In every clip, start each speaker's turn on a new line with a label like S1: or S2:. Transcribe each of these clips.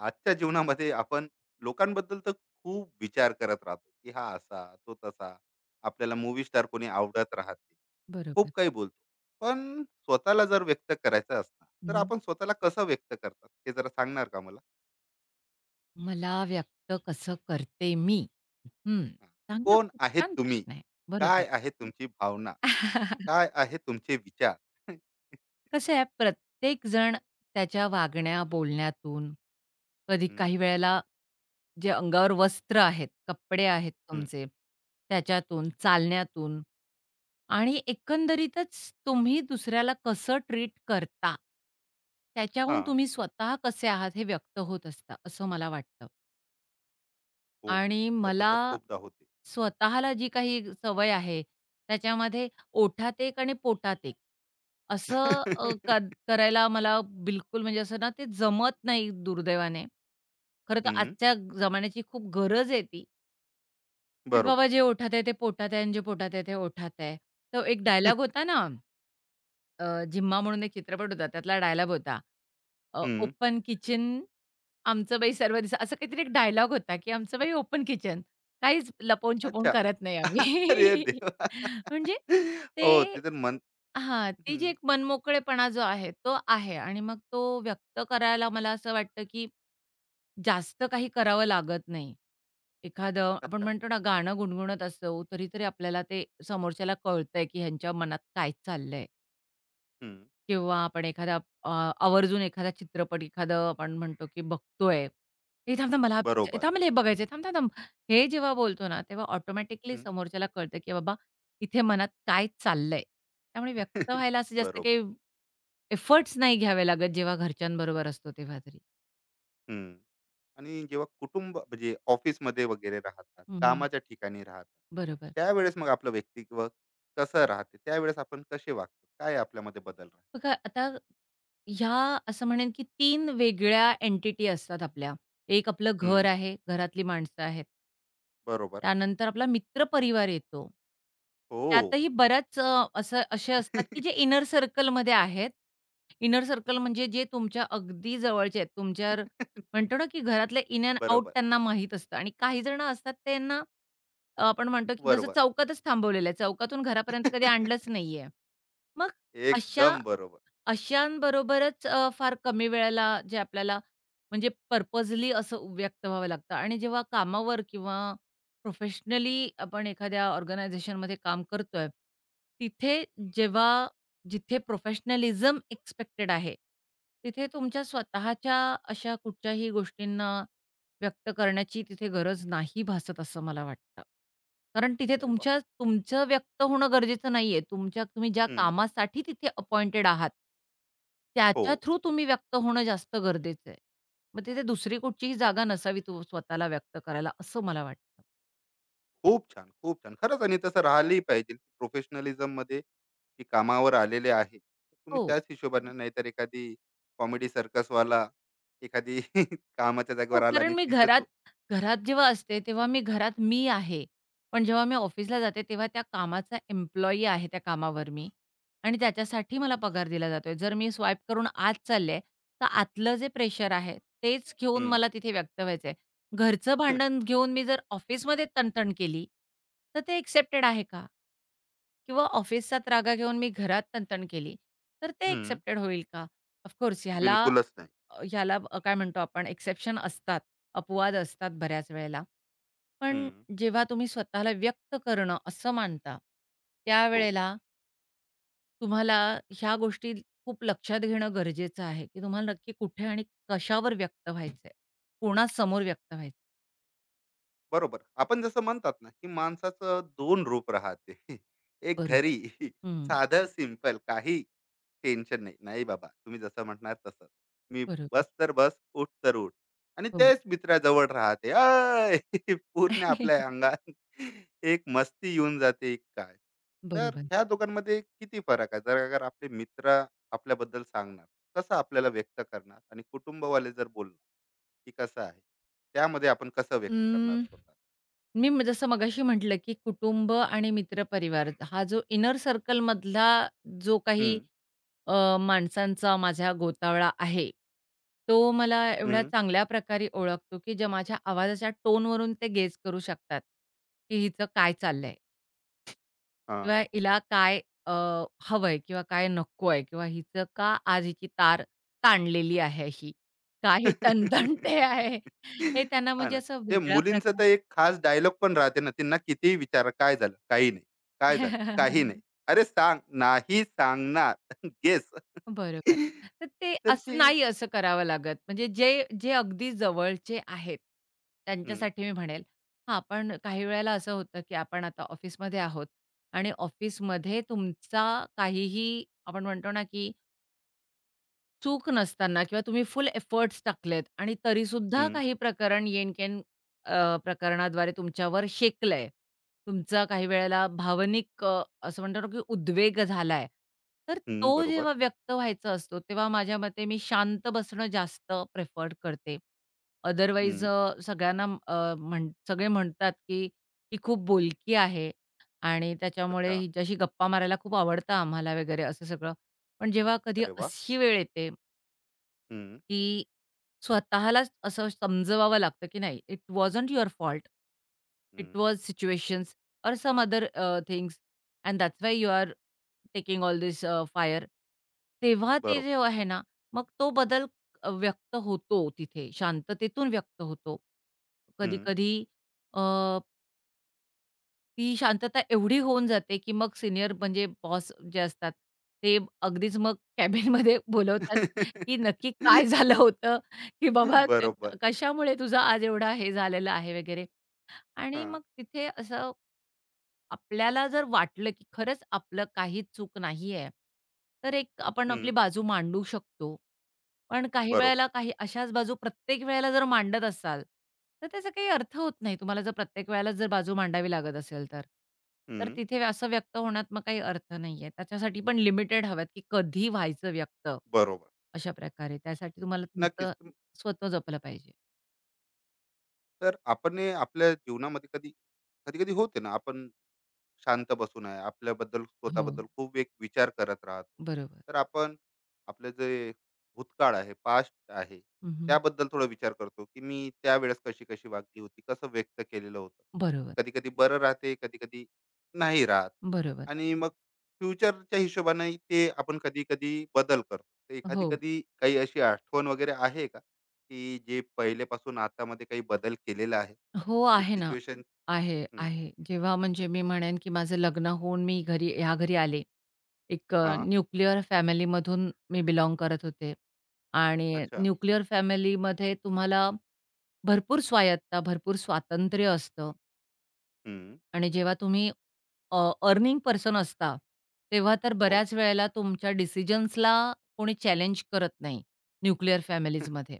S1: आजच्या जीवनामध्ये आपण लोकांबद्दल तर खूप विचार करत राहतो की हा असा तो तसा आपल्याला मूवी स्टार कोणी आवडत राहते
S2: बरोबर.
S1: खूप काही बोलतो पण स्वतःला जर व्यक्त करायचं असणार तर
S2: हं,
S1: आपण स्वतःला कसं व्यक्त करतात हे जरा सांगणार का मला.
S2: मला व्यक्त कसं करते मी? हं.
S1: हा.
S2: चांगला
S1: कोण
S2: खूप
S1: आहेत
S2: छान
S1: तुम्ही?
S2: प्रश्न आहे. बरोबर.
S1: काय आहे तुमची भावना? काय आहे तुमचे विचार?
S2: कसं आहे प्रत्येक जण त्याच्या वागण्या, बोलण्यातून कधी
S1: हम्म,
S2: काही वेळेला जे अंगावर वस्त्र आहेत, कपडे आहेत
S1: हम्म,
S2: तुमचे त्याच्यातून, चालण्यातून आणि एकंदरीतच तुम्ही दुसऱ्याला कसं ट्रीट करता,
S1: हा.
S2: त्याच्याहून तुम्ही स्वतः कसे आहात हे व्यक्त होत असतं, असं मला वाटतं.
S1: हो,
S2: आणि
S1: असं
S2: मला
S1: तर खूपदा होते.
S2: स्वतःला जी काही सवय आहे, त्याच्यामध्ये ओठात एक आणि पोटात एक असं अ, क करायला मला बिलकुल म्हणजे असं ना ते जमत नाही दुर्दैवाने. खरं तर
S1: हम्म,
S2: आजच्या जमान्याची खूप गरज आहे ती. "पीठ
S1: बरोबर.
S2: बाबा जे ओठात आहे ते पोटात आहे आणि जे पोटात आहे ते ओठात आहे." तो एक डायलॉग होता ना. झिम्मा म्हणून एक चित्रपट होता. त्यातला डायलॉग होता.
S1: हम्म.
S2: ओपन किचन आमचं बाई सर्व दिस असं काहीतरी एक डायलॉग होता, की आमचं बाई ओपन किचन. काहीच लपवून-छुपवून
S1: अच्छा.
S2: करत नाही
S1: अरे
S2: आम्ही.
S1: देवा!
S2: म्हणजे
S1: हो,
S2: ते
S1: ते तर मन.
S2: हां, ती
S1: हं.
S2: जी एक मनमोकळेपणा जो आहे तो आहे आणि मग तो व्यक्त करायला मला असं वाटतं, की जास्त काही करावं लागत नाही. एखादं आपण
S1: अच्छा.
S2: म्हणतो ना गाणं गुणगुणत असू तरी, आपल्याला ते समोरच्याला कळतंय, की ह्यांच्या मनात काय चाललंय.
S1: हं.
S2: किंवा आपण एखादा अ, आवर्जून एखादा चित्रपट एखादं आपण म्हणतो, की बघतोय. "ए थांब-थांब मला हा पिक्चर
S1: बरोबर.
S2: थांब मला हे बघायचं आहे. थांब-थांब-थांब." हे जेव्हा बोलतो ना, तेव्हा ऑटोमॅटिकली
S1: हं.
S2: समोरच्याला कळतं, की बाबा इथे मनात काय चाललंय. त्यामुळे व्यक्त व्हायला असं जास्त
S1: बरोबर.
S2: काही एफर्ट्स नाही घ्यावे लागत, जेव्हा घरच्यांबरोबर असतो तेव्हा तरी.
S1: हं. आणि जेव्हा कुटुंब म्हणजे ऑफिसमध्ये वगैरे राहतात,
S2: हं.
S1: कामाच्या ठिकाणी राहतात,
S2: बरोबर.
S1: त्यावेळेस मग आपलं व्यक्तित्व कसं राहते? त्यावेळेस आपण कसे वागतो? काय आपल्यामध्ये बदल राहतो?
S2: बघा आता ह्या असं म्हणेन की 3 वेगळ्या एंटिटी असतात आपल्या. एक आपलं घर
S1: हं.
S2: आहे, घरातली माणसं आहेत.
S1: बरोबर.
S2: त्यानंतर आपला मित्रपरिवार येतो.
S1: हो.
S2: त्यातही बऱ्याच असं असे असतात की जे इनर सर्कलमध्ये आहेत. इनर सर्कल म्हणजे जे तुमच्या अगदी जवळचे आहेत. तुमच्या म्हणतो ना की घरातले इन अँड आउट
S1: बरोबर.
S2: त्यांना माहीत असतं आणि काही जण असतात त्यांना आपण म्हणतो की जसं
S1: बरोबर.
S2: चौकातच थांबवलेलं आहे. चौकातून घरापर्यंत कधी आणलंच नाहीये. मग अशा
S1: एकदम बरोबर.
S2: अशांबरोबरच फार कमी वेळेला जे आपल्याला म्हणजे पर्पजली असं व्यक्त व्हावं लागतं आणि जेव्हा कामावर किंवा प्रोफेशनली आपण एखाद्या ऑर्गनायझेशनमध्ये काम करतोय, तिथे जेव्हा जिथे प्रोफेशनलिझम एक्सपेक्टेड आहे, तिथे तुमच्या स्वतःच्या अशा कुठच्याही गोष्टींना व्यक्त करण्याची तिथे गरज नाही भासत असं मला वाटतं. कारण तिथे
S1: अरे वाह!
S2: तुमच्या तुमचं व्यक्त होणं गरजेचं नाहीये. तुमच्या तुम्ही ज्या
S1: हं.
S2: कामासाठी तिथे अपॉइंटेड आहात,
S1: हो.
S2: त्याच्या थ्रू तुम्ही व्यक्त होणं जास्त गरजेचं आहे. मग तिथे दुसरी कुठचीही जागा नसावी तू स्वतःला व्यक्त करायला असं मला वाटतं.
S1: खूप छान, खूप छान. खरंच आणि तसं राहिलंही पाहिजे. प्रोफेशनलिझममध्ये की कामावर आलेले आहे. तुम्ही
S2: हो.
S1: त्याच हिशोबाने, नाहीतर एखादी कॉमेडी सर्कसवाला एखादी कामाच्या
S2: हो,
S1: जागेवर आला आणि
S2: कारण मी
S1: तिथे
S2: घरात
S1: जो.
S2: घरात जेव्हा असते, तेव्हा मी घरात मी आहे. पण जेव्हा मी ऑफिसला जाते, तेव्हा त्या कामाचा एम्प्लॉयी आहे त्या कामावर मी आणि त्याच्यासाठी मला पगार दिला जातोय. जर मी स्वाईप करून आत चालले, तर आतलं जे प्रेशर आहे, तेच घेऊन
S1: हं,
S2: मला तिथे व्यक्त व्हायचंय. घरचं भांडण घेऊन मी जर ऑफिसमध्ये तणतण केली, तर ते एक्सेप्टेड आहे का? किंवा ऑफिसचाच रागा घेऊन मी घरात तणतण केली, तर ते
S1: हं.
S2: एक्सेप्टेड होईल का? ऑफकोर्स ह्याला
S1: बिलकुलच नाही.
S2: अ, ह्याला अ, काय म्हणतो आपण एक्सेप्शन असतात, अपवाद असतात बऱ्याच वेळेला.
S1: हं.
S2: पण जेव्हा तुम्ही स्वतःला व्यक्त करणं असं मानता,
S1: हो,
S2: त्यावेळेला तुम्हाला ह्या गोष्टी खूप लक्षात घेणं गरजेचं आहे, की तुम्हाला नक्की कुठे आणि कशावर व्यक्त व्हायचंय? कोणासमोर व्यक्त व्हायचं?
S1: बरोबर. आपण जसं म्हणतात ना, की माणसाचं दोन रूप राहते. एक
S2: बरो
S1: घरी.
S2: हं,
S1: साधं सिंपल काही टेन्शन नाही. नाही बाबा, तुम्ही जसं म्हणणार तसं. मी
S2: बरोबर.
S1: बस तर बस, उठ तर उठ. आणि
S2: हो.
S1: तेच मित्राजवळ राहते. अय! पूर्ण आपल्या अंगात एक मस्ती येऊन जाते एक काय. तर
S2: बरोबर.
S1: ह्या दोघांमध्ये किती फरक आहे? जर अगर आपले मित्र आपल्याबद्दल सांगणार, कसं आपल्याला व्यक्त करणार, आणि कुटुंबवाले जर बोलणार, की कसं आहे? त्यामध्ये आपण कसं व्यक्त करणार
S2: अं,
S1: स्वतः?
S2: मी जसं मगाशी म्हटलं, की कुटुंब आणि मित्रपरिवार हा जो इनर सर्कलमधला जो
S1: हं,
S2: काही माणसांचा माझा गोतावळा आहे. तो मला
S1: हं.
S2: एवढ्या
S1: हं.
S2: चांगल्या प्रकारे ओळखतो, की जे माझ्या आवाजाच्या टोनवरून ते गेस करू शकतात, की हिचं काय चाललंय किंवा हिला काय अ, हवंय किंवा काय नको आहे किंवा हिचं का आज हिची तार ताणलेली आहे ही? का तणतणते आहे? हे त्यांना
S1: हां
S2: म्हणजे
S1: ना.
S2: असं
S1: ते
S2: वेगळ्या
S1: मुलींचं तर
S2: प्रकारे.
S1: एक खास डायलॉग पण राहते ना, त्यांना कितीही विचारा, "काय झालं?" "काही नाही." "काय झालं?" "काही नाही." "अरे सांग." "नाही सांगणार." "गेस."
S2: बरोबर. तर ते
S1: तर
S2: असं
S1: हे.
S2: नाही असं करावं लागत. म्हणजे जे जे अगदी जवळचे आहेत,
S1: हं,
S2: त्यांच्यासाठी मी म्हणेल. हां, पण काही वेळेला असं होतं, की आपण आता ऑफिसमध्ये आहोत आणि ऑफिसमध्ये तुमचा काहीही आपण म्हणतो ना, की चूक नसताना किंवा तुम्ही फुल एफर्ट्स टाकलेत आणि तरीसुद्धा
S1: हं,
S2: काही प्रकरण येनकेन प्रकरणाद्वारे तुमच्यावर शेकलंय. तुमचा काही वेळेला भावनिक असं म्हणतो ना, की उद्वेग झालाय. तर
S1: हं.
S2: तो
S1: बरोबर.
S2: जेव्हा व्यक्त व्हायचा असतो, तेव्हा माझ्या मते मी शांत बसणं जास्त प्रिफर्ड करते. अदरवाईज
S1: हं.
S2: सगळ्यांना अ, म्हण सगळे म्हणतात, की "ही खूप बोलकी आहे आणि त्याच्यामुळे
S1: अच्छा.
S2: हिच्याशी गप्पा मारायला खूप आवडतं आम्हाला" वगैरे असं सगळं. पण जेव्हा कधी
S1: अरे वाह!
S2: अशी वेळ येते
S1: हं,
S2: की स्वतःलाच असं समजवावं लागतं, की नाही it wasn't your fault. It
S1: hmm.
S2: Was situations or some other things and that's why you are taking all this fire. तेव्हा ते जे
S1: बरोबर.
S2: आहे ना, मग तो बदल व्यक्त होतो तिथे, शांततेतून व्यक्त होतो.
S1: हं.
S2: कधी-कधी ती शांतता एवढी होऊन जाते, की मग सिनियर म्हणजे बॉस जे असतात, ते अगदीच मग कॅबिनमध्ये बोलवतात, की नक्की काय झालं होतं, की बाबा
S1: बरोबर.
S2: कशामुळे तुझा आज एवढा हे झालेलं आहे वगैरे. आणि
S1: हां.
S2: मग तिथे असं आपल्याला जर वाटलं, की खरंच आपलं काही चूक नाहीये, तर एक आपण आपली
S1: हं.
S2: बाजू मांडू शकतो. पण काही
S1: बरोबर.
S2: वेळेला काही अशाच बाजू प्रत्येक वेळेला जर मांडत असाल, तर त्याचा काही अर्थ होत नाही. तुम्हाला जर प्रत्येक वेळेला जर बाजू मांडावी लागत असेल तर. तर
S1: हं.
S2: तिथे असं व्यक्त होण्यात मग काही अर्थ नाहीये. त्याच्यासाठी पण लिमिटेड हव्यात, की कधी व्हायचं व्यक्त,
S1: बरोबर.
S2: अशा प्रकारे. त्यासाठी तुम्हाला
S1: नक्कीच.
S2: तुमचं स्वतः जपलं पाहिजे.
S1: तर आपण हे आपल्या जीवनामध्ये कधी-कधी होते ना आपण शांत बसून आहे, आपल्याबद्दल
S2: हो,
S1: स्वतःबद्दल खूप एक विचार करत राहतो.
S2: बरोबर.
S1: तर आपण आपलं जे भूतकाळ आहे, पास्ट आहे,
S2: हं,
S1: त्याबद्दल थोडा विचार करतो की मी त्यावेळेस कशी कशी वागली होती, कसं व्यक्त केलेलं होतं.
S2: बरोबर,
S1: कधी कधी बरं राहते, कधी कधी नाही राहत.
S2: बरोबर.
S1: आणि मग फ्युचरच्या हिशोबाने ते आपण कधी कधी बदल करतो. तर एखादी
S2: हो.
S1: कधी काही अशी आठवण वगैरे आहे का, की जे पहिलेपासून आतामध्ये काही बदल केलेला आहे,
S2: हो,
S1: की
S2: आहे ना.
S1: सिच्युएशन.
S2: आहे, आहे. जेव्हा म्हणजे मी म्हणेन, की माझं लग्न होऊन मी घरी ह्या घरी आले. एक
S1: हा.
S2: न्यूक्लिअर फॅमिलीमधून मी बिलॉंग करत होते आणि
S1: अच्छा.
S2: न्यूक्लिअर फॅमिलीमध्ये तुम्हाला भरपूर स्वायत्ता, भरपूर स्वातंत्र्य असतं
S1: हम्म,
S2: आणि जेव्हा तुम्ही अर्निंग पर्सन असता, तेव्हा तर
S1: हो.
S2: बऱ्याच वेळेला तुमच्या डिसिजन्सला कोणी चॅलेंज करत नाही, न्यूक्लिअर फॅमिलीजमध्ये.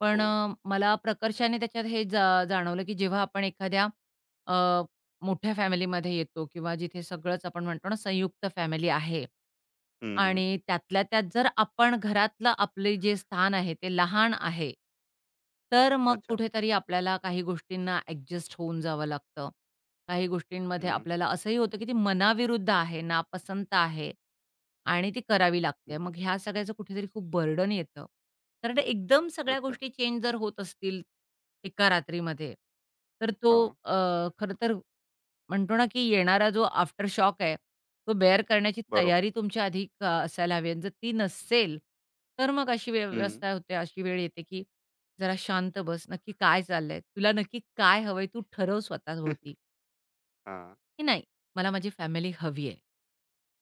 S2: पण
S1: हो.
S2: मला प्रकर्षाने त्याच्यात हे जाणवलं, की जेव्हा आपण एखाद्या अ, मोठ्या फॅमिलीमध्ये येतो किंवा जिथे सगळंच आपण म्हणतो ना, संयुक्त फॅमिली आहे
S1: हं, हं.
S2: आणि त्यातल्या त्यात जर आपण घरातलं आपले जे स्थान आहे ते लहान आहे, तर मग
S1: अच्छा.
S2: कुठेतरी आपल्याला काही गोष्टींना ॲडजस्ट होऊन जावं लागतं. काही गोष्टींमध्ये
S1: हं.
S2: आपल्याला असंही होतं, की ती मनाविरुद्ध आहे, नापसंत आहे आणि ती करावी
S1: हं,
S2: लागते. मग ह्या सगळ्याचं कुठेतरी खूप बर्डन येतं. कारण एकदम सगळ्या
S1: अच्छा.
S2: गोष्टी चेंज जर होत असतील एका रात्रीमध्ये, तर तो
S1: हां.
S2: अ, खरं तर म्हणतो ना, की येणारा जो आफ्टर शॉक आहे, तो बेअर करण्याची
S1: बरोबर.
S2: तयारी तुमच्या आधी असायला हवी आणि जर ती नसेल, तर मग अशी
S1: हं.
S2: व्यवस्था होते, अशी वेळ येते, की जरा शांत बस, नक्की काय चाललंय? तुला नक्की काय हवंय? तू ठरव स्वतःभोवती.
S1: हां.
S2: की नाही, मला माझी फॅमिली हवी आहे.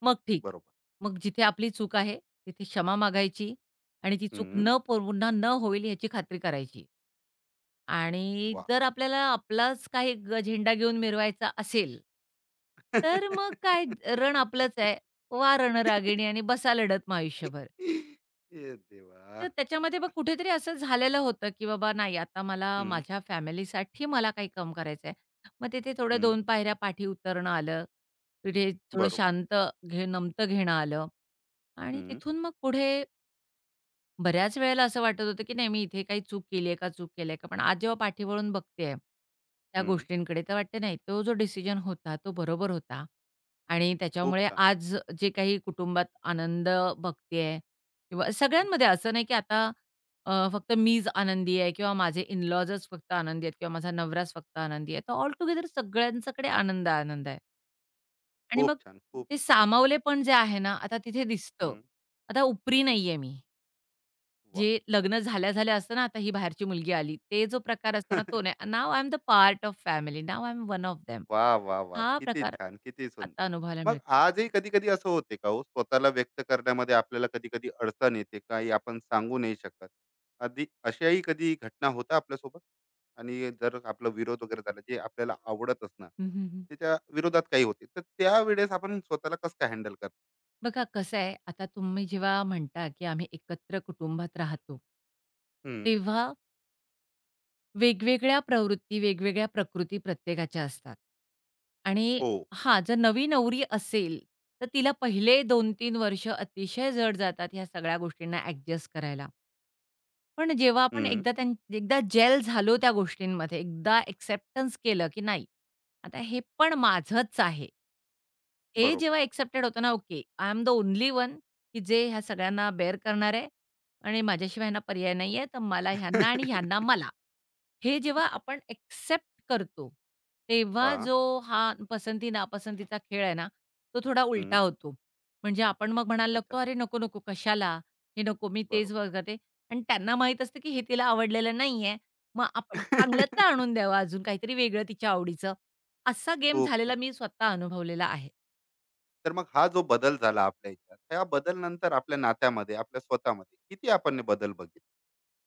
S2: मग ठीक.
S1: बरोबर.
S2: मग जिथे आपली चूक आहे, तिथे क्षमा मागायची आणि ती चूक
S1: हं.
S2: न पुन्हा न होईल याची खात्री करायची. आणि
S1: वाह!
S2: जर आपल्याला आपलाच काही झेंडा घेऊन मिरवायचा असेल,
S1: हे.
S2: तर मग काय रण आपलंच आहे. "वा रणरागिणी" आणि बसा लढत मग आयुष्यभर. तर
S1: देवा!
S2: त्याच्यामध्ये मग कुठेतरी असं झालेलं होतं, की बाबा नाही आता मला
S1: हं,
S2: माझ्या फॅमिलीसाठी मला काही काम करायचंय. मग तिथे थोड्या
S1: हं.
S2: दोन पायऱ्या पाठी उतरणं आलं. तिथे थोडं
S1: बरोबर.
S2: शांत नमतं घेणं आलं आणि
S1: हं,
S2: तिथून मग पुढे बऱ्याच वेळेला असं वाटत होतं, की नाही मी इथे काही चूक केली आहे का? चूक केली आहे का? पण आज जेव्हा पाठीवळून बघते आहे, त्या
S1: हं.
S2: गोष्टींकडे तर वाटते नाही तो जो डिसिजन होता तो बरोबर होता. आणि
S1: खूप
S2: त्याच्यामुळे
S1: छान.
S2: आज जे काही कुटुंबात आनंद बघते किंवा सगळ्यांमध्ये असं नाही, की आता फक्त मीच आनंदी आहे किंवा माझे इन फक्त आनंदी आहेत किंवा माझा नवराच फक्त आनंदी आहे. तर ऑल टुगेदर सगळ्यांच्याकडे आनंद, आनंद आहे. आणि
S1: खूप
S2: मग
S1: छान. खूप.
S2: ते सामावलेपण जे आहे ना, आता तिथे दिसतं.
S1: हं.
S2: आता उपरी नाही मी.
S1: वाह!
S2: जे लग्न झाल्या-झाल्या असतं ना, आता ही बाहेरची मुलगी आली. ते जो प्रकार असतो ना, तो नाही. Now I am the part of family. Now I am one of them.
S1: वा, वा, वा,
S2: हा
S1: किती
S2: प्रकार
S1: छान, किती सुंदर.
S2: आता अनुभवायला
S1: मग
S2: मिळतो.
S1: आजही कधी-कधी असं होते का हो, स्वतःला व्यक्त करण्यामध्ये आपल्याला कधी-कधी अडचण येते, काही आपण सांगू नाही शकत. आधी अशाही कधी घटना होता आपल्यासोबत? आणि जर आपला विरोध वगैरे झाला, जे आपल्याला आवडत असणार,
S2: हं, हं, हं.
S1: त्याच्या विरोधात काही होते, तर त्यावेळेस आपण स्वतःला कसं काय हँडल करता?
S2: बघा कसं आहे, आता तुम्ही जेव्हा म्हणता, की आम्ही एकत्र कुटुंबात राहतो.
S1: हं,
S2: तेव्हा वेगवेगळ्या प्रवृत्ती, वेगवेगळ्या प्रकृती प्रत्येकाच्या असतात. आणि
S1: हो,
S2: हां, जर नवी नवरी असेल, तर तिला पहिले 2-3 वर्ष अतिशय जड जातात ह्या सगळ्या गोष्टींना ॲडजस्ट करायला. पण जेव्हा आपण
S1: हं,
S2: एकदा एकदा जेल झालो त्या गोष्टींमध्ये, एकदा एक्सेप्टन्स केलं, की नाही, आता हे पण माझंच आहे. हे
S1: बरोबर.
S2: जेव्हा एक्सेप्टेड होतं ना, okay, I am the only one, की जे ह्या सगळ्यांना बेअर करणार आहे आणि माझ्याशिवाय ह्यांना पर्याय नाहीये, तर मला ह्यांना आणि ह्यांना मला. हे जेव्हा आपण एक्सेप्ट करतो, तेव्हा
S1: हां,
S2: जो हा पसंती-नापसंतीचा खेळ आहे ना, तो थोडा
S1: हं,
S2: उलटा होतो. म्हणजे आपण मग म्हणायला
S1: अच्छा,
S2: लागतो, "अरे नको, नको, कशाला? हे नको, मी
S1: बरोबर.
S2: तेच" वगैरे, आणि त्यांना माहीत असतं, की हे तिला आवडलेलं नाहीये. मग आपण चांगल्यातलं आणून द्यावं अजून काहीतरी वेगळं तिच्या आवडीचं. असा गेम
S1: खूप
S2: झालेला
S1: छान.
S2: मी स्वतः अनुभवलेला आहे.
S1: तर मग हा जो बदल झाला आपल्या ह्याच्यात, त्या बदल नंतर आपल्या नात्यामध्ये, आपल्या स्वतःमध्ये किती आपण हे बदल बघितले?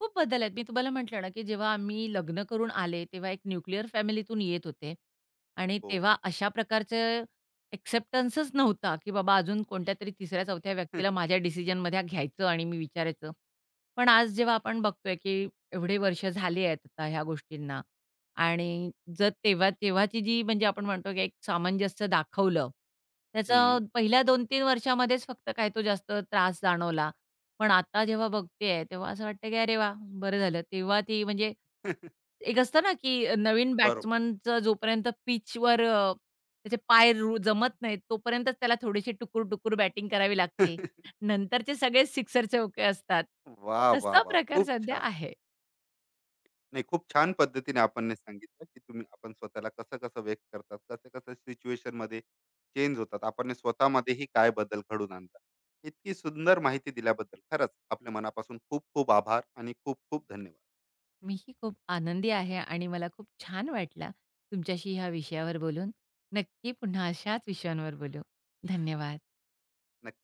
S2: खूप बदल आहेत. मी तुम्हाला म्हटलं ना, की जेव्हा आम्ही लग्न करून आले, तेव्हा एक न्यूक्लिअर फॅमिलीतून येत होते आणि
S1: हो.
S2: तेव्हा अशा प्रकारचं एक्सेप्टन्सच नव्हता, की बाबा अजून कोणत्यातरी 3ऱ्या-4थ्या व्यक्तीला माझ्या डिसिजनमध्ये घ्यायचं आणि मी विचारायचं. पण आज जेव्हा आपण बघतोय, की एवढे वर्ष झाली आहेत आता ह्या गोष्टींना आणि जर तेव्हा तेव्हाची जी म्हणजे आपण म्हणतो, की एक सामंजस्य दाखवलं, त्याचा
S1: हं.
S2: पहिल्या 2-3 वर्षामध्येच फक्त काय तो जास्त त्रास जाणवला. पण आता जेव्हा बघतेय, तेव्हा असं वाटतं की अरे वाह! बरं झालं. तेव्हा ती म्हणजे एक असतं ना, की नवीन
S1: बरोबर.
S2: बॅट्समनचं जोपर्यंत पिचवर त्याचे पाय जमत नाहीत, तोपर्यंतच त्याला थोडीशी टुकूर-टुकूर बॅटिंग करावी लागते. नंतरचे सगळे सिक्सर चौके असतात.
S1: वाह, वाह,
S2: तसा
S1: वाह!
S2: प्रकार
S1: खूप
S2: सध्या
S1: छान.
S2: आहे.
S1: नाही, खूप छान पद्धतीने आपण हे सांगितलं, की तुम्ही आपण स्वतःला कसं-कसं व्यक्त करतात, कसं-कसं सिच्युएशनमध्ये चेंज होतात. आपण हे स्वतःमध्येही काय बदल घडवून आणतात. इतकी सुंदर माहिती दिल्याबद्दल खरंच आपल्या मनापासून खूप-खूप आभार आणि खूप-खूप धन्यवाद.
S2: मीही खूप आनंदी आहे आणि मला खूप छान वाटलं तुमच्याशी ह्या विषयावर बोलून. नक्की पुन्हा अशाच विषयांवर बोलू. धन्यवाद.
S1: नक्की.